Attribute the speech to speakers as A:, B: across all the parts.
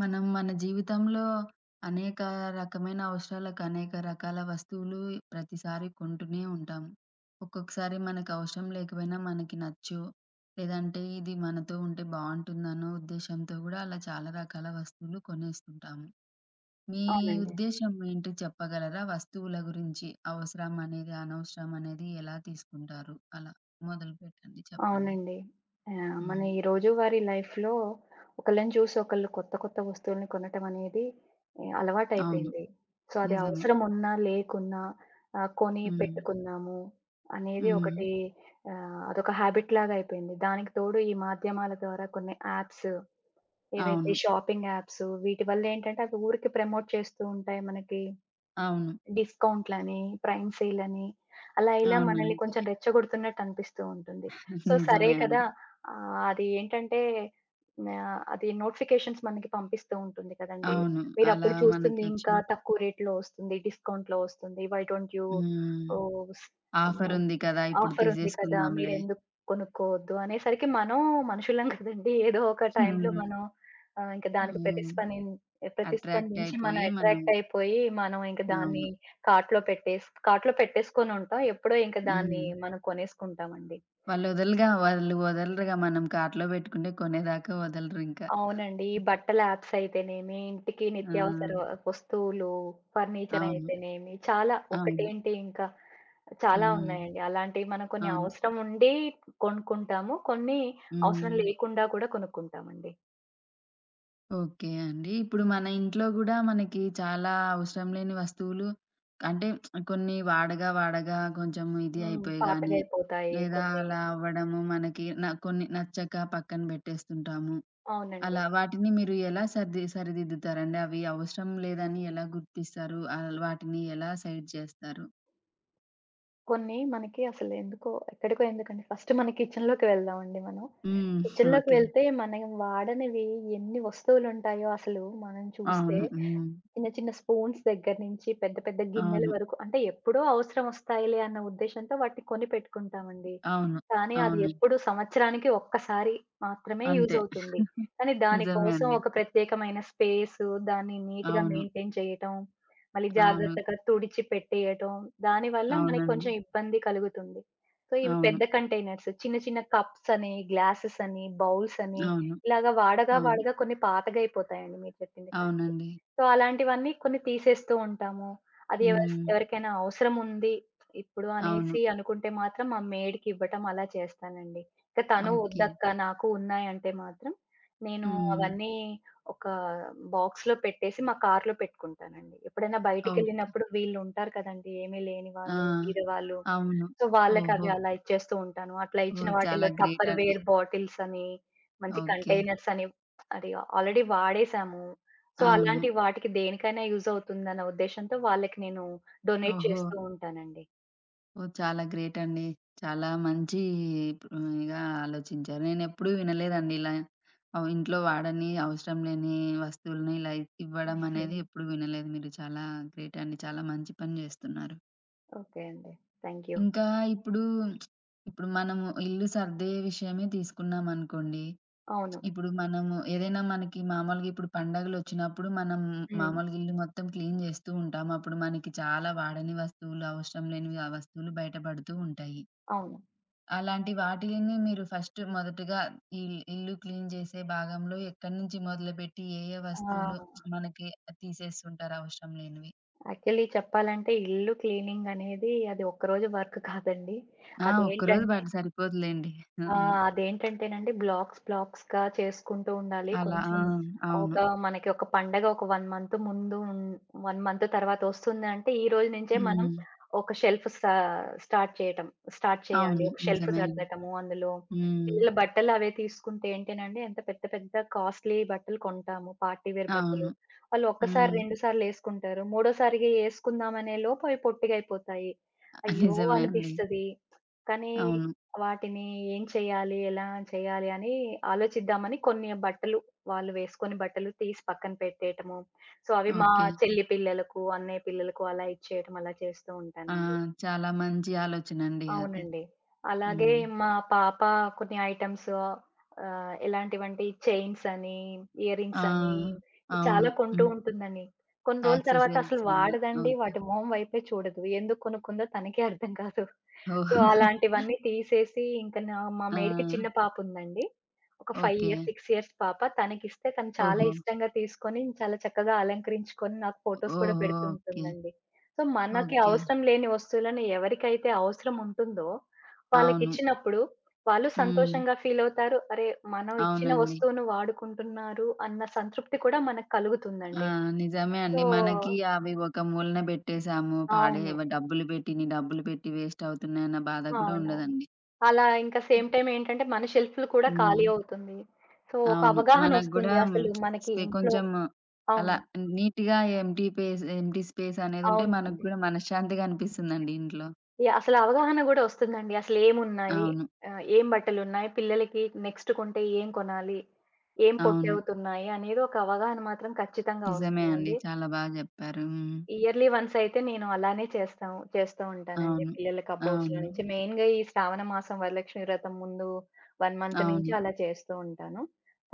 A: మనం మన జీవితంలో అనేక రకమైన అవసరాలకు అనేక రకాల వస్తువులు ప్రతిసారి కొంటూనే ఉంటాము. ఒక్కొక్కసారి మనకు అవసరం లేకపోయినా మనకి నచ్చు. లేదంటే ఇది మనతో ఉంటే బావుంటుందనో ఉద్దేశ్యంతో గూడా అలా చాలా రకాల వస్తువులు కొనేస్తుంటాము. మీ
B: అవునండి.
A: ఉద్దేశ్యం ఏంటి చెప్పగలరా? వస్తువుల గురించి అవసరం అనేది, అనవసరం అనేది ఎలా తీసుకుంటారు? అలా మొదలుపెట్టండి చెప్పండి.
B: అవునండి. మన
A: హ్మ్.
B: ఈ రోజువారీ లైఫ్‌లో ఒకళ్ళని చూసి ఒకళ్ళు కొత్త కొత్త వస్తువుల్ని కొనటం అనేది
A: అవును.
B: అలవాటయిపోయింది. సో, అది
A: నిజమే.
B: అవసరం ఉన్నా, లేకున్నా కొని
A: హ్మ్.
B: పెట్టుకున్నాము అనేది
A: హ్మ్.
B: ఒకటి. అదొక హ్యాబిట్ లాగా అయిపోయింది. దానికి తోడు ఈ మాధ్యమాల ద్వారా కొన్ని యాప్స్ ఏవైతే
A: అవును.
B: షాపింగ్ యాప్స్ వీటి వల్లేంటంటే అవి ఊరికే ప్రమోట్ చేస్తూ ఉంటాయి మనకి
A: అవును.
B: డిస్కౌంట్‌లని, ప్రైమ్ సేలని అలా ఇలా
A: అవును.
B: మనల్ని కొంచెం
A: నిజమే.
B: రెచ్చగొడుతున్నట్టు అనిపిస్తూ ఉంటుంది. సో, సరే
A: నిజమే
B: కదా!
A: అండి.
B: అది ఏంటంటే అది నోటిఫికేషన్స్ మనకి పంపిస్తూ ఉంటుంది కదండీ.
A: అవును. అలా
B: మీరప్పుడు
A: మనకి
B: చూస్తుంది ఇంకా
A: వచ్చినప్పుడు
B: తక్కువ రేట్‌లో వస్తుంది, డిస్కౌంట్‌లో వస్తుంది. వై డోంట్ యూ
A: హ్మ్.
B: ఓహ్!
A: ఆఫరుంది కదా! ఇప్పుడు
B: ఆఫరుంది కదా!
A: తీసేసుకుందాంలే.
B: మీరెందుకు కొనుక్కోవద్దు అనేసరికి మనం మనుషులం కదండీ! ఏదో ఒక టైంలో
A: హ్మ్.
B: మనం ఆహ్, ఇంక దానికి
A: హ్మ్.
B: ప్రతిస్పందిం
A: అట్రాక్ట్
B: ప్రతిస్పందించి మనం
A: అయిపోయి మనం
B: అట్రాక్ట్ అయిపోయి మనం ఇంక దాన్ని
A: అవును.
B: కార్ట్‌లో పెట్టేసుకొనుంటాం. ఎప్పుడో ఇంక దాన్ని
A: హ్మ్.
B: మనం కొనేసుకుంటామండి.
A: వాళ్ళు వదలరుగా మనం కార్ట్‌లో పెట్టుకుంటే కొనేదాకా వదలరింకా.
B: అవునండి. ఈ బట్టల యాప్స్ అయితేనేమి, ఇంటికి
A: ఆ!
B: నిత్యావసర వస్తువులు, ఫర్నిచర్
A: అవును.
B: అయితేనేమి చాలా
A: అవును.
B: ఒకటేంటి ఇంకా చాలా
A: హ్మ్.
B: ఉన్నాయండి. అలాంటివి మనం కొన్ని
A: అవును.
B: అవసరం ఉండి కొనుక్కుంటాము. కొన్ని అవసరం
A: హ్మ్.
B: లేకుండా కూడా కొనుక్కుంటామండి.
A: ఓకే అండి. ఇప్పుడు మన ఇంట్లో గూడా మనకి చాలా అవసరం లేని వస్తువులు అంటే కొన్ని వాడగా, వాడగా కొంచెం ఇది
B: హ్మ్.
A: అయిపోయి గానీ,
B: పాతగైపోతాయి
A: లేదా
B: కొన్ని.
A: అలా అవ్వడము మనకి కొన్ని నచ్చక పక్కన బెట్టేస్తుంటాము.
B: అవునండి.
A: అలా వాటిని మీరు ఎలా సరిదిద్దుతారండి? అవి అవసరం లేదని ఎలా గుర్తిస్తారు? వాటిని ఎలా సైడ్ చేస్తారు?
B: కొన్ని మనకి అసలు ఎందుకో ఎక్కడికో ఎందుకండి, ఫస్ట్ మన కిచెన్‌లోకి వెళ్దామండి మనం.
A: హ్మ్.
B: కిచెన్‌లోకి
A: ఓకే.
B: వెళ్తే మనం వాడనివి ఎన్ని వస్తువులుంటాయో అసలు మనం చూస్తే
A: అవును. హ్మ్.
B: చిన్న చిన్న స్పూన్స్ దగ్గర నుంచి పెద్ద పెద్ద గిన్నెల
A: అవును.
B: వరకు అంటే ఎప్పుడో అవసరం వస్తాయిలే అన్న ఉద్దేశంతో వాటిని కొని పెట్టుకుంటామండి.
A: అవును.
B: కానీ అది
A: అవును.
B: ఎప్పుడు సంవత్సరానికి ఒక్కసారి మాత్రమే యూజ్
A: అంతే.
B: అవుతుంది. కానీ దాని
A: నిజమే
B: కోసం
A: అండి.
B: ఒక ప్రత్యేకమైన స్పేసు, దాన్ని నీట్‌గా
A: అవును.
B: మెయింటైన్ చేయటం, మళ్ళీ
A: అవును.
B: జాగ్రత్తగా తుడిచి పెట్టేయటం, దానివల్ల మనకి
A: అవునండి.
B: కొంచెం ఇబ్బంది కలుగుతుంది. సో, ఇవి
A: అవును.
B: పెద్ద కంటైనర్స్, చిన్న చిన్న కప్స్ అని, గ్లాసెస్ అని, బౌల్స్ అని
A: అవును.
B: ఇలాగ వాడగా
A: అవును.
B: వాడగా కొన్ని పాతగయిపోతాయండి. మీరు చెప్పింది కరెక్టే.
A: అవునండి.
B: సో, అలాంటివన్నీ కొన్ని తీసేస్తూ ఉంటాము. అది
A: హ్మ్.
B: ఎవరికైనా అవసరముంది ఇప్పుడు
A: అవును.
B: అనేసి అనుకుంటే మాత్రం మా మెయిడ్‌కివ్వటం అలా చేస్తానండి. ఇక తను
A: ఓకే.
B: వద్దక్కా నాకు ఉన్నాయంటే మాత్రం నేను
A: హ్మ్.
B: అవన్నీ ఒక బాక్స్‌లో పెట్టేసి మా కార్‌లో పెట్టుకుంటానండి. ఎప్పుడైనా
A: ఓకే.
B: బయటికెళ్ళినప్పుడు వీళ్ళుంటారు కదండీ! ఏమీ లేని
A: ఆ!
B: వాళ్ళు, బీదవాళ్ళు.
A: అవును.
B: సో, వాళ్ళకవి
A: ఓహో!
B: అలా ఇచ్చేస్తూ ఉంటాను. అట్లా ఇచ్చిన
A: ఓహ్!
B: వాటిలో
A: చాలా గ్రేట్
B: టప్పర్
A: అండి.
B: వేర్ బాటిల్స్ అని, మంచి
A: ఓకే.
B: కంటైనర్స్ అని అది ఆల్రెడీ వాడేసాము. సో,
A: అవును.
B: అలాంటి వాటికి దేనికైనా యూజ్ అవుతుందన్న ఉద్దేశ్యంతో వాళ్ళకి నేను డొనేట్
A: ఓహో!
B: చేస్తూ ఉంటానండి.
A: ఓహ్! చాలా గ్రేట్ అండి. చాలా మంచి ఇగా ఆలోచించారు. నేనెప్పుడూ వినలేదండి ఇలా ఇంట్లో వాడని, అవసరం లేని వస్తువులని ఇలా ఇవ్వడం అనేది
B: హ్మ్.
A: ఎప్పుడు వినలేదు. మీరు చాలా గ్రేట్ అండి. చాలా మంచి పని జేస్తున్నారు.
B: ఓకే అండి. Thank you.
A: ఇంకా ఇప్పుడు ఇప్పుడు మనము ఇల్లు సర్దే విషయమే తీసుకున్నామనుకోండి.
B: అవును.
A: ఇప్పుడు మనము ఏదైనా మనకి మామూలుగా ఇప్పుడు పండగలొచ్చినప్పుడు మనం
B: హ్మ్.
A: మామూలుగా ఇల్లు మొత్తం క్లీన్ జేస్తూ ఉంటాం. అప్పుడు మనకి చాలా వాడని వస్తువులు, అవసరం లేనివి ఆ వస్తువులు బయటపడుతూ ఉంటాయి.
B: అవును.
A: అలాంటి వాటిలిని మీరు ఫస్ట్ మొదటగా ఈ ఇల్లు క్లీన్ చేసే భాగంలో ఎక్కడి నుంచి మొదలుపెట్టి ఏ ఏ
B: ఆ!
A: వస్తువులు మనకి తీసేస్తుంటారు అవసరం లేనివి?
B: యాక్చువల్లీ చెప్పాలంటే ఇల్లు క్లీనింగ్ అనేది అది ఒక్కరోజు వర్క్ కాదండి.
A: ఆ! ఒక్కరోజు
B: అదేంటంటే
A: బట్ సరిపోదులెండి.
B: ఆ!
A: అవును.
B: అదేంటంటేనండి, బ్లాక్స్‌గా చేసుకుంటూ ఉండాలి.
A: అలా
B: కొంచెం
A: ఆ! అవును.
B: మనకి ఒక పండగ ఒక 1 మంత్ ముందు ఉన్ 1 మంత్ తర్వాత ఒస్తుందంటే, ఈ రోజు నుంచే మనం
A: హ్మ్.
B: ఒక షెల్ఫ్ సా స్టార్ట్ చేయటం స్టార్ట్ చేయాలి.
A: అవును.
B: ఒక షెల్ఫ్
A: నిజమే అండి.
B: సర్దటము, అందులో
A: హ్మ్.
B: పిల్లల బట్టలు అవే తీసుకుంటే ఏంటేనండి, ఎంత పెద్ద పెద్ద కాస్ట్‌లీ బట్టలు కొంటాము. పార్టీ వేర్ బట్టలు.
A: అవును.
B: వాళ్ళు ఒక్కసారి,
A: హ్మ్.
B: 2 సార్లు ఎసుకుంటారు. మూడోసారిగా ఎసుకుందామనే లోపు అవి పొట్టిగయిపోతాయి. అయ్యో!
A: నిజమే అండి.
B: అనిపిస్తది. కానీ
A: అవును.
B: వాటిని ఏం చేయాలి? ఎలా చేయాలి? అని ఆలోచిద్దామని కొన్ని బట్టలు వాళ్ళు వేసుకొని బట్టలు తీసి పక్కన పెట్టేయటము. సో, అవి మా
A: ఓకే.
B: చెల్లి పిల్లలకు, అన్నయ్య పిల్లలకు అలా ఇచ్చేయటం అలా చేస్తూ
A: ఆ!
B: ఉంటానండి.
A: చాలా మంచి ఆలోచనండి అది.
B: అవునండి. అలాగే
A: హ్మ్.
B: మా పాప కొన్ని ఐటెమ్స్, ఎలాంటివంటే చైన్స్ అని, ఇయర్ రింగ్స్
A: ఆ!
B: అని చాలా
A: అవును.
B: కొంటూ
A: హ్మ్.
B: ఉంటుందండి. కొన్ని రోజుల తర్వాత అసలు
A: యాక్సెసరీస్ అన్నీ.
B: వాడదండి.
A: ఓకే.
B: వాటి మొహం వైపే చూడదు. ఎందుకు కొనుక్కుందో తనకే అర్థం కాదు. సో,
A: ఓహ్!
B: అలాంటివన్నీ తీసేసి ఇంక మా
A: ఆ!
B: మేడికి చిన్న పాప ఉందండి. ఒక 5
A: ఓకే.
B: ఇయర్స్, 6 ఇయర్స్ పాప. తనకిస్తే తను చాలా
A: ఓహో!
B: ఇష్టంగా తీసుకొని చాలా చక్కగా అలంకరించుకొని నాకు ఫోటోస్ కూడా
A: ఓహో! ఓకే.
B: పెడుతుంటుందండి. సో, మనకి
A: ఓకే.
B: అవసరం లేని వస్తువులను ఎవరికైతే అవసరం ఉంటుందో,
A: అవును.
B: వాళ్ళకిచ్చినప్పుడు వాళ్ళు
A: హ్మ్.
B: సంతోషంగా ఫీలవుతారు. అరే! మనం ఇచ్చిన
A: అవునండి.
B: వస్తువును వాడుకుంటున్నారు అన్న సంతృప్తి కూడా మనకు
A: ఆ!
B: కలుగుతుందండి.
A: నిజమే
B: సో
A: అండి. మనకి అవి ఒక మూలన బెట్టేసాము. పాడే
B: అవును.
A: డబ్బులు పెట్టి వేస్ట్ అవుతున్నాయన్న బాధ గూడా
B: అవునవును.
A: ఉండదండి.
B: అలా ఇంకా సేమ్ టైమ్ ఏంటంటే, మన షెల్ఫ్‌లు కూడా ఖాళీ
A: హ్మ్.
B: అవుతుంది. సో, ఒక
A: అవును. మనకు గూడా
B: అవగాహనొస్తుంది. అసలు మనకి ఇంట్లో
A: కొంచెం అలా
B: అవును.
A: నీట్‌గా ఎంప్టీ స్పేస్ అనేదుంటే మనకు
B: అవునండి.
A: గూడా మనశ్శాంతిగా అనిపిస్తుందండి ఇంట్లో.
B: యాహ్! అసలు అవగాహన గూడా ఒస్తుందండి. అసలేమున్నాయి?
A: అవును.
B: ఏం బట్టలున్నాయి? పిల్లలకి నెక్స్ట్ కొంటే ఏం కొనాలి? ఏం
A: అవును.
B: పొట్టవుతున్నాయి? అనేది ఒక అవగాహన మాత్రం ఖచ్చితంగా
A: నిజమే అండి.
B: ఒస్తుందండి.
A: చాలా బాగా జెప్పారు. హ్మ్.
B: ఇయర్‌లీ వన్స్ అయితే నేను అలానే చేస్తూ ఉంటానండి.
A: అవును.
B: పిల్లల కప్‌బోర్డ్స్‌లో
A: అవును.
B: నుంచి మెయిన్‌గా ఈ శ్రావణ మాసం వరలక్ష్మి వ్రతం ముందు 1 మంత్ నుంచి
A: అవును.
B: అలా చేస్తూ ఉంటాను.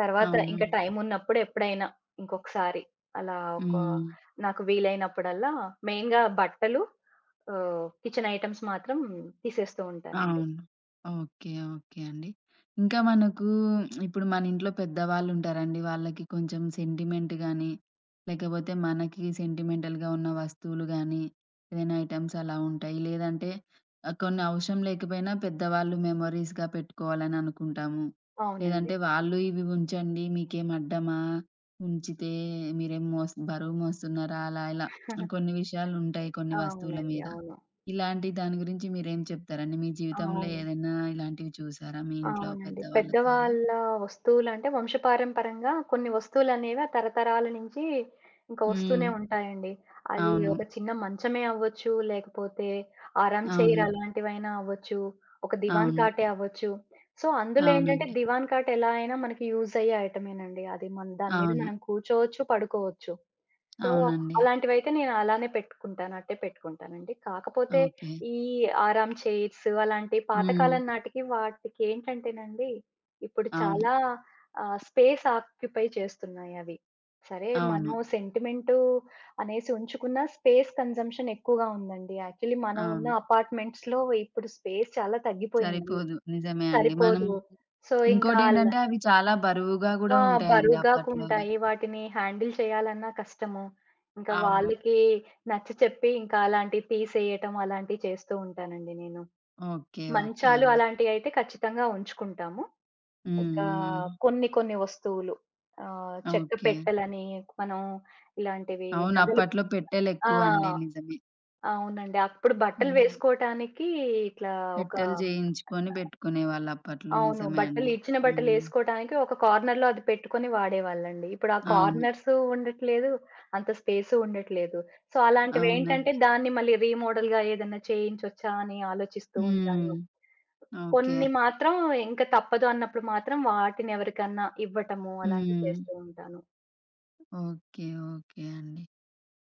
B: తర్వాత
A: అవును.
B: ఇంకా టైం ఉన్నప్పుడు ఎప్పుడైనా ఇంకొకసారి అలా ఒక
A: హ్మ్.
B: నాకు వీలైనప్పుడల్లా మెయిన్‌గా బట్టలు, కిచెన్ ఐటెమ్స్ మాత్రం తీసేస్తూ ఉంటానండి.
A: అవును. ఓకే. ఓకే అండి. ఇంకా మనకు ఇప్పుడు మన ఇంట్లో పెద్దవాళ్ళుంటారండి. వాళ్ళకి కొంచెం సెంటిమెంట్ గాని, లేకపోతే మనకి సెంటిమెంటల్‌గా ఉన్న వస్తువులు గాని, ఏదైనా ఐటెమ్స్ అలా ఉంటాయి. లేదంటే కొన్ని అవసరం లేకపోయినా పెద్దవాళ్ళు మెమోరీస్‌గా పెట్టుకోవాలని అనుకుంటాము.
B: అవునండి.
A: లేదంటే వాళ్ళు ఇవి ఉంచండి మీకేం అడ్డమా? ఉంచితే మీరేం బరువు మోస్తున్నారా? అలా ఇలా కొన్ని విషయాలుంటాయి కొన్ని వస్తువుల
B: అవునండి.
A: మీద.
B: అవును.
A: ఇలాంటి దాని గురించి మీరేం చెప్తారండి? మీ జీవితంలో
B: అవును.
A: ఏదైనా ఇలాంటివి చూసారా? మీ ఇంట్లో
B: అవునండి.
A: పెద్దవాళ్ళతో అలా?
B: పెద్దవాళ్ళ వస్తువులంటే వంశపారంపరంగా కొన్ని వస్తువులనేవి ఆ తరతరాల నుంచి ఇంకా వస్తూనే
A: హ్మ్.
B: ఉంటాయండి. అది
A: అవును.
B: ఒక చిన్న మంచమే అవ్వచ్చు, లేకపోతే ఆరామ్ చైర్
A: అవును.
B: అలాంటివైనా అవ్వచ్చు, ఒక దివాన్
A: అవును.
B: కాటే అవ్వచ్చు. సో, అందులో ఏంటంటే
A: అవునండి.
B: దివాన్ కాట్ ఎలా అయినా మనకి యూజ్ అయ్యే ఐటమేనండి. అది మన దాని మీద
A: అవును.
B: మనం కూర్చోవచ్చు, పడుకోవచ్చు. సో,
A: అవునండి.
B: అలాంటివైతే నేను అలానే పెట్టుకుంటాను. అట్టే పెట్టుకుంటానండి. కాకపోతే
A: ఓకే.
B: ఈ ఆరామ్ చైర్స్ అలాంటి
A: హ్మ్.
B: పాతకాలం నాటికి వాటికేంటంటేనండి, ఇప్పుడు
A: అవును.
B: చాలా స్పేస్ ఆక్యుపై చేస్తున్నాయవి. సరే
A: అవును.
B: మనం సెంటిమెంటు అనేసి ఉంచుకున్న స్పేస్ కన్జంప్షన్ ఎక్కువగా ఉందండి. యాక్చువల్లీ మనం ఉన్న
A: అవును.
B: అపార్ట్మెంట్స్‌లో ఇప్పుడు స్పేస్ చాలా తగ్గిపోయింది.
A: సరిపోదు. నిజమే అండి. మనం
B: సరిపోదు. సో, ఇంకా
A: ఇంకోటేంటంటే అవి చాలా బరువుగా గూడా
B: ఆ!
A: ఉంటాయండి
B: బరువుగా
A: అప్పట్లోవి.
B: ఉంటాయి. వాటిని హ్యాండిల్ చేయాలన్నా కష్టము. ఇంకా
A: అవును.
B: వాళ్ళకి నచ్చ చెప్పి ఇంకా అలాంటివి తీసేయటం అలాంటివి చేస్తూ ఉంటానండి నేను.
A: ఓకే. ఓకే
B: మంచాలు
A: అండి.
B: అలాంటివయితే ఖచ్చితంగా ఉంచుకుంటాము. ఇంకా
A: హ్మ్. హ్మ్.
B: కొన్ని కొన్ని వస్తువులు, చెక్క
A: ఓకే.
B: పెట్టెలని మనం ఇలాంటివి,
A: అవును.
B: నగలు.
A: అప్పట్లో
B: ఆ!
A: పెట్టెలెక్కువండి. నిజమే.
B: అవునండి. అప్పుడు బట్టలు
A: హ్మ్.
B: వేసుకోవటానికి ఇట్లా ఒక
A: పెట్టెలు జేయించుకొని బెట్టుకునేవాళ్ళు అప్పట్లో.
B: అవును.
A: నిజమే
B: బట్టలు
A: అండి.
B: ఇచ్చిన
A: హ్మ్.
B: బట్టలేసుకోటానికి ఒక కార్నర్‌లో అది పెట్టుకొని వాడేవాళ్ళండి. ఇప్పుడు ఆ
A: అవును.
B: కార్నర్స్ ఉండట్లేదు. అంత స్పేసు ఉండట్లేదు. సో, అలాంటివేంటంటే
A: అవునండి.
B: దాన్ని మళ్ళీ రీమోడల్‌గా ఏదన్నా చేయించొచ్చా అని ఆలోచిస్తూ
A: హ్మ్.
B: ఉంటాను.
A: ఓకే.
B: కొన్ని మాత్రం ఇంక తప్పదు అన్నప్పుడు మాత్రం వాటినెవరికన్నా ఇవ్వటము అలాంటివి
A: హ్మ్.
B: చేస్తూ ఉంటాను.
A: ఓకే. ఓకే అండి.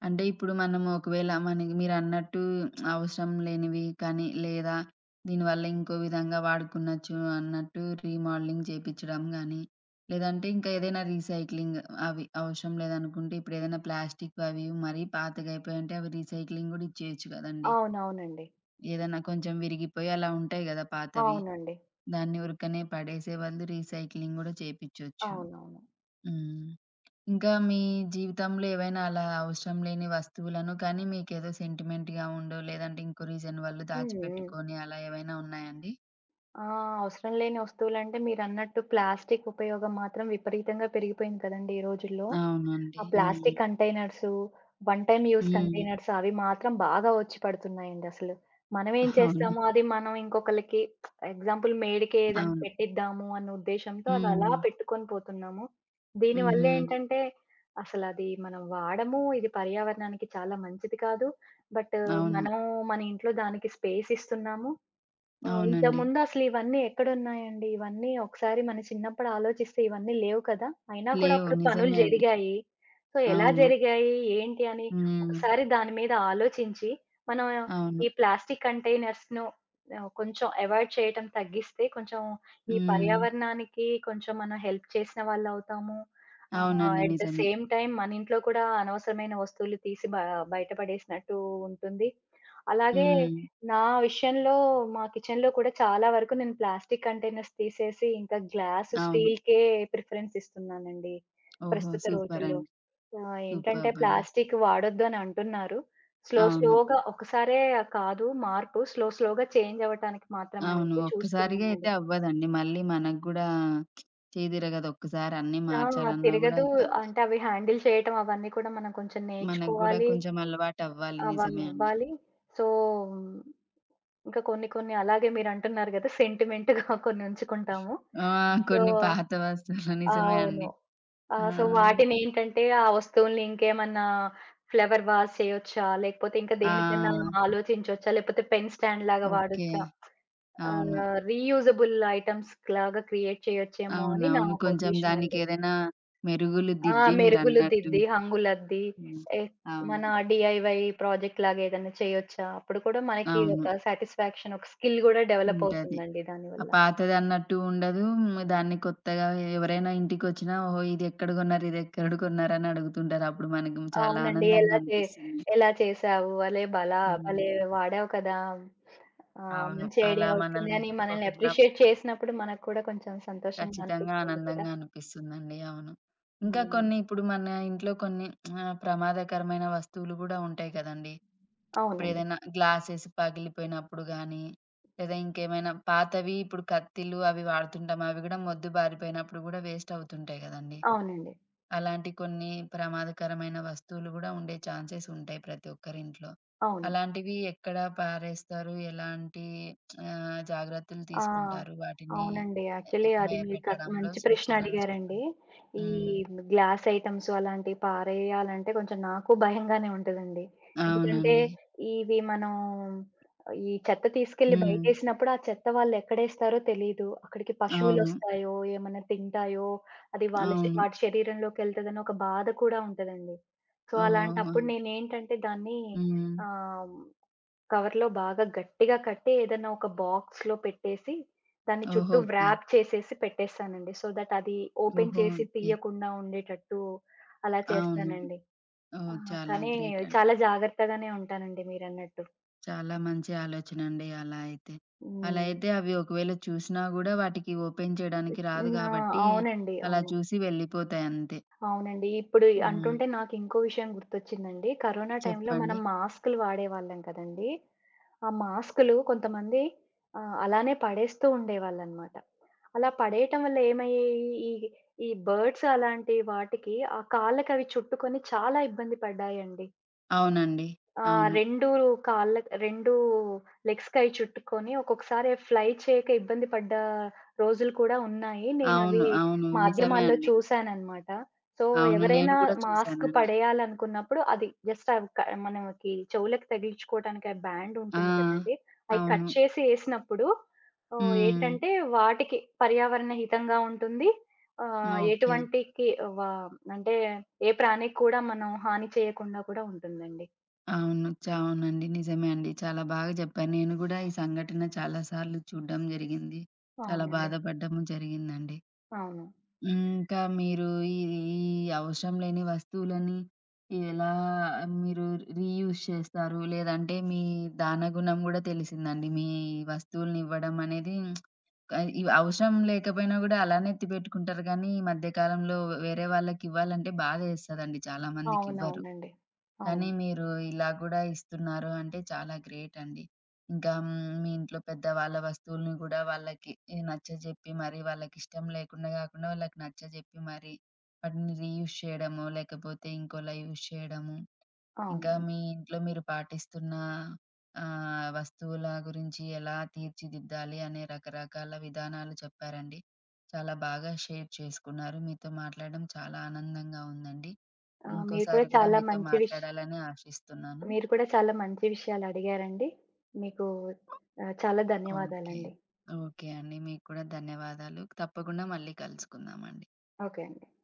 A: అంటే ఇప్పుడు మనం ఒకవేళ మనకి మీరన్నట్టు అవసరం లేనివి కానీ, లేదా దీనివల్ల ఇంకో విధంగా వాడుకునొచ్చు అన్నట్టు రీమోడలింగ్ చేపిచ్చడం గానీ, లేదంటే ఇంకా ఏదైనా రీసైక్లింగ్ అవి అవసరం లేదనుకుంటే ఇప్పుడేదైనా ప్లాస్టిక్‌వి అవి ఇవి మరీ పాతగయిపోయుంటే అవి రీసైక్లింగ్ గూడా ఇచ్చేయొచ్చు గదండీ!
B: అవునవునండి.
A: ఏదన్నా కొంచెం విరిగిపోయి అలా ఉంటాయి గదా! పాతవి.
B: అవునండి.
A: దాన్ని ఉరకనే పడేసే బదులు రీసైక్లింగ్ గూడా చేపిచ్చొచ్చు.
B: అవునవును.
A: హ్మ్. ఇంకా మీ జీవితంలో ఏవైనా అలా అవసరం లేని వస్తువులను కానీ మీకేదో సెంటిమెంట్‌గా ఉండో, లేదంటే ఇంకో రీజన్ వల్ల
B: హ్మ్. హ్మ్.
A: దాచిపెట్టుకొని అలా ఏవైనా ఉన్నాయండి?
B: ఆ! అవసరం లేని వస్తువులంటే మీరన్నట్టు ప్లాస్టిక్ ఉపయోగం మాత్రం విపరీతంగా పెరిగిపోయింది కదండీ ఈ రోజుల్లో.
A: అవునండి.
B: ఆ
A: హ్మ్.
B: Plastic containers, one time use
A: హ్మ్.
B: కంటైనర్స్ అవి మాత్రం బాగా వచ్చి పడుతున్నాయండి అసలు. మనమేం
A: అవును.
B: చేస్తాము, అది మనం ఇంకొకళ్ళకి ఎగ్జాంపుల్ మేడికే ఏదైనా
A: అవును.
B: పెట్టిద్దాము అన్న ఉద్దేశంతో అవి అలా
A: హ్మ్.
B: పెట్టుకొని పోతున్నాము. దీనివల్ల
A: హుహు.
B: ఏంటంటే అసలది మనం వాడము. ఇది పర్యావరణానికి చాలా మంచిది కాదు. బట్
A: అవును.
B: మనం మన ఇంట్లో దానికి స్పేస్ ఇస్తున్నాము. ఆ!
A: అవునండి.
B: ఇంతకుముందు అసలు ఇవన్నీ ఎక్కడున్నాయండి? ఇవన్నీ ఒకసారి మన చిన్నప్పుడు ఆలోచిస్తే ఇవన్నీ లేవు కదా! అయినా కూడా
A: లేవు.
B: అప్పుడు పనులు
A: నిజమే అండి.
B: జరిగాయి. సో, ఎలా
A: అవును.
B: జరిగాయి? ఏంటి? అని
A: హ్మ్.
B: ఒకసారి దాని మీద ఆలోచించి, మనం
A: అవును.
B: ఈ ప్లాస్టిక్ కంటైనర్స్‌ను కొంచెం అవాయిడ్ చేయటం తగ్గిస్తే కొంచెం ఈ
A: హ్మ్.
B: పర్యావరణానికి కొంచెం మనం హెల్ప్ చేసిన వాళ్ళవుతాము.
A: అవునండి.
B: ఎట్ ద
A: నిజమే.
B: సేమ్ టైమ్ మన ఇంట్లో కూడా అనవసరమైన వస్తువులు తీసి బయట పడేసినట్టు ఉంటుంది. అలాగే
A: హ్మ్.
B: నా విషయంలో మా కిచెన్‌లో కూడా చాలా వరకు నేను ప్లాస్టిక్ కంటైనర్స్ తీసేసి ఇంకా గ్లాస్,
A: అవును.
B: స్టీల్‌కే ప్రిఫరెన్స్ ఇస్తున్నానండి
A: ఓహో!
B: ప్రస్తుత రోజుల్లో.
A: సూపరండి.
B: ఏంటంటే
A: సూపర్బండి.
B: ప్లాస్టిక్ వాడొద్దు అని అంటున్నారు. స్లో
A: అవును.
B: స్లోగా ఒకసారే కాదు మార్పు. స్లో స్లోగా చేంజ్ అవ్వటానికి
A: అవును.
B: మాత్రమైతే
A: ఒక్కసారిగా
B: చూస్తున్నానండి.
A: అయితే అవ్వదండి. మళ్ళీ మనకు గూడా చేదిరగదు. ఒక్కసారి అన్నీ
B: ఆ!
A: మార్చాలన్నా గూడా
B: తిరగదు.
A: ఇబ్బందే.
B: అంటే అవి హ్యాండిల్ చేయటం అవన్నీ కూడా మనం కొంచెం
A: మనకు గూడా
B: నేర్చుకోవాలి.
A: కొంచెం అలవాటవ్వాలి. నిజమే అండి.
B: అవవ్వాలి. సో, ఇంకా కొన్ని కొన్ని అలాగే మీరంటున్నారు గదా! సెంటిమెంట్‌గా కొన్ని ఉంచుకుంటాము.
A: ఆ!
B: సో
A: కొన్ని పాత వస్తువులు నిజమే
B: అవును.
A: అండి.
B: ఆ!
A: ఆ!
B: సో, వాటినేంటంటే, ఆ వస్తువుల్ని ఇంకేమన్నా ఫ్లవర్ వాస్ చేయొచ్చా? లేకపోతే ఇంకా దేనికన్నా
A: ఆ!
B: ఆలోచించొచ్చా? లేకపోతే పెన్ స్టాండ్ లాగా
A: ఓకే.
B: వాడొచ్చా?
A: అవును.
B: రీయూజబుల్ ఐటెమ్స్ లాగా క్రియేట్ చేయొచ్చేమో అని నా
A: అవునవును.
B: ఒక
A: కొంచెం
B: ఉద్దేశ్యం అండి.
A: దానికేదైనా మెరుగులు
B: ఆ!
A: దిద్ది
B: మెరుగులు
A: మీరన్నట్టు.
B: దిద్ది, హంగులద్ది
A: హ్మ్.
B: ఎ
A: అవును.
B: మన డీఐవై ప్రాజెక్ట్ లాగా ఏదన్నా చేయొచ్చా? అప్పుడు కూడా మనకి
A: అవును.
B: ఒక సాటిస్ఫాక్షన్, ఒక స్కిల్ గూడా డెవలప్
A: ఉంటది.
B: అవుతుందండి
A: ఆ!
B: దానివల్ల.
A: పాతదన్నట్టు ఉండదు. హ్మ్. దాన్ని కొత్తగా ఎవరైనా ఇంటికొచ్చినా, "ఓహో! ఇదెక్కడ గొన్నారు? ఇదెక్కడ గొన్నారు?" అని అడుగుతుంటారు. అప్పుడు మనకి చాలా
B: అవునండి.
A: ఆనందంగా అనిపిస్తుంది.
B: ఎలా చేసావు?
A: హ్మ్.
B: భలే వాడావు కదా! ఆ!
A: అవును.
B: మంచి ఐడియా
A: అలా
B: వచ్చింది
A: మనల్ని
B: అని మనల్ని
A: పొగిడిన
B: అప్రిషియేట్ చేసినప్పుడు మనకు కూడా కొంచెం సంతోషంగా
A: ఖచ్చితంగా
B: అనిపిస్తుంది కదా!
A: ఆనందంగా అనిపిస్తుందండి. అవును. ఇంకా
B: హ్మ్.
A: కొన్ని ఇప్పుడు మన ఇంట్లో కొన్ని ప్రమాదకరమైన వస్తువులు గూడా ఉంటాయి కదండీ!
B: అవునండి.
A: ఇప్పుడేదైనా గ్లాసెస్ పగిలిపోయినప్పుడు గానీ, లేదా ఇంకేమైనా పాతవి ఇప్పుడు కత్తిలు అవి వాడుతుంటాం. అవి గూడా మొద్దు బారిపోయినప్పుడు గూడా వేస్ట్ అవుతుంటాయి గదండీ!
B: అవునండి.
A: అలాంటి కొన్ని ప్రమాదకరమైన వస్తువులు గూడా ఉండే ఛాన్సెస్ ఉంటాయి ప్రతి ఒక్కరింట్లో.
B: అవును.
A: అలాంటివి ఎక్కడ పారేస్తారు? ఎలాంటి జాగ్రత్తలు
B: ఆ!
A: తీసుకుంటారు? వాటిని
B: అవునండి.
A: ఎ
B: యాక్చువల్లీ అది
A: మే
B: మీరు క
A: పెట్టడంలో
B: మంచి ప్రశ్న
A: సూచనలు
B: అడిగారండి.
A: చెప్పండి?
B: ఈ
A: హ్మ్.
B: గ్లాస్ ఐటెమ్స్ అలాంటివి పారేయాలంటే కొంచెం నాకు భయంగానే ఉంటదండి. ఎందుకంటే
A: అవునండి.
B: ఇవి మనం ఈ చెత్త తీసుకెళ్ళి
A: హ్మ్.
B: బయటేసినప్పుడు ఆ చెత్త వాళ్ళెక్కడేస్తారో తెలీదు. అక్కడికి
A: అవును.
B: పశువులొస్తాయో, ఏమన్నా తింటాయో, అది వాళ్ళ శ
A: అవును.
B: వాటి శరీరంలోకెళ్తదని ఒక బాధ కూడా ఉంటదండి. సో,
A: ఓహ్!
B: అలాంటప్పుడు నేనేంటంటే దాన్ని
A: హ్మ్.
B: ఆహ్ కవర్‌లో బాగా గట్టిగా కట్టి ఏదైనా ఒక బాక్స్‌లో పెట్టేసి, దాన్ని చుట్టూ
A: ఓహో! ఓకే.
B: వ్రాప్ చేసేసి పెట్టేస్తానండి. సో దట్ అది ఓపెన్
A: ఓహో!
B: చేసి
A: ఓకే.
B: తీయకుండా ఉండేటట్టు అలా
A: అవును.
B: చేస్తానండి. ఆ!
A: ఓహ్! చాలా
B: కానీ
A: గ్రేట్ అండి.
B: చాలా జాగ్రత్తగానే ఉంటానండి మీరన్నట్టు.
A: చాలా మంచి ఆలోచనండి అలా అయితే. అలా
B: హ్మ్.
A: అయితే అవి ఒకవేళ చూసినా గూడా వాటికి ఓపెన్ చేయడానికి రాదు
B: నా
A: గాబట్టి,
B: అవునండి.
A: అలా
B: అవును.
A: చూసి వెళ్ళిపోతాయంతే.
B: అవునండి. ఇప్పుడు ఈ
A: హ్మ్.
B: అంటుంటే నాకు ఇంకో విషయం గుర్తొచ్చిందండి. కరోనా టైంలో మనం
A: చెప్పండి.
B: మాస్కులు వాడేవాళ్ళం కదండీ! ఆ మాస్కులు కొంతమంది అలానే పడేస్తూ ఉండేవాళ్ళనమాట. అలా పడేయటం వల్ల ఏమయ్యేయి ఈ ఈ బర్డ్స్ అలాంటి వాటికి ఆ కాళ్ళకవి చుట్టుకొని చాలా ఇబ్బంది పడ్డాయండి.
A: అవునండి.
B: ఆ!
A: అవును.
B: 2 కాళ్ళ 2 లెగ్స్‌కయి చుట్టుకొని ఒక్కొక్కసారి ఫ్లై చేయక ఇబ్బంది పడ్డ రోజులు కూడా ఉన్నాయి. నేనవి
A: అవును. అవును. నిజమే
B: మాధ్యమాల్లో
A: అండి.
B: చూసాననమాట. సో,
A: అవును. నేను
B: ఎవరైనా
A: గూడా
B: మాస్క్
A: చూసానండి.
B: పడేయాలనుకున్నప్పుడు అది జస్ట్ అవి క మనకి చెవులకి తగిలించుకోవటానికి ఆ బ్యాండ్
A: ఆ!
B: ఉంటుంది కదండీ! అయి కట్
A: అవును.
B: చేసి ఏసినప్పుడు ఆహ్,
A: హ్మ్.
B: ఏంటంటే వాటికి పర్యావరణ హితంగా ఉంటుంది. ఆహ్,
A: ఓకే.
B: ఎటువంటికి వ అంటే ఏ ప్రాణికి కూడా మనం హాని చేయకుండా కూడా ఉంటుందండి.
A: అవును. అవునండి. నిజమే అండి. చాలా బాగా చెప్పారు. నేను గూడా ఈ సంఘటన చాలా సార్లు చూడ్డం జరిగింది. చాలా
B: అవునండి.
A: బాధపడ్డము జరిగిందండి.
B: అవును.
A: హ్మ్. ఇంకా మీరు ఈ ఈ అవసరం లేని వస్తువులని ఎలా మీరు రీయూజ్ చేస్తారు? లేదంటే మీ దాన గుణం గూడా తెలిసిందండి. మీ వస్తువుల్ని ఇవ్వడం అనేది ఆ, ఇవి అవసరం లేకపోయినా గూడా అలానే ఎత్తి పెట్టుకుంటారు గానీ, ఈ మధ్య కాలంలో వేరే వాళ్ళకివ్వాలంటే బాధేస్తదండి చాలా మందికివ్వరు.
B: అవునవునండి.
A: కానీ
B: అవును.
A: మీరు ఇలా గూడా ఇస్తున్నారు అంటే చాలా గ్రేట్ అండి. ఇంకా హ్మ్, మీ ఇంట్లో పెద్దవాళ్ళ వస్తువుల్ని గూడా వాళ్ళకి ఈ నచ్చజెప్పి మరి వాళ్ళకిష్టం లేకుండా గాకుండా వాళ్ళకి నచ్చజెప్పి మరి వాటిని రీయూజ్ చేయడమో, లేకపోతే ఇంకోలా యూజ్ చేయడము ఇంకా
B: అవునండి.
A: మీ ఇంట్లో మీరు పాటిస్తున్న వస్తువుల గురించి ఎలా తీర్చిదిద్దాలి అనే రకరకాల విధానాలు చెప్పారండి. చాలా బాగా షేర్ చేసుకున్నారు. మీతో మాట్లాడడం చాలా ఆనందంగా ఉందండి.
B: ఆ!
A: ఇంకోసారి కూడా మీతో మాట్లాడాలని ఆశిస్తున్నాను.
B: మీరు కూడా చాలా మంచి విషయాలడిగారండి. మీకు చాలా
A: ఓకే.
B: ధన్యవాదాలండి.
A: ఓకే అండి. మీకు కూడా ధన్యవాదాలు. తప్పకుండా మళ్ళీ కలుసుకుందామండి.
B: ఓకే అండి.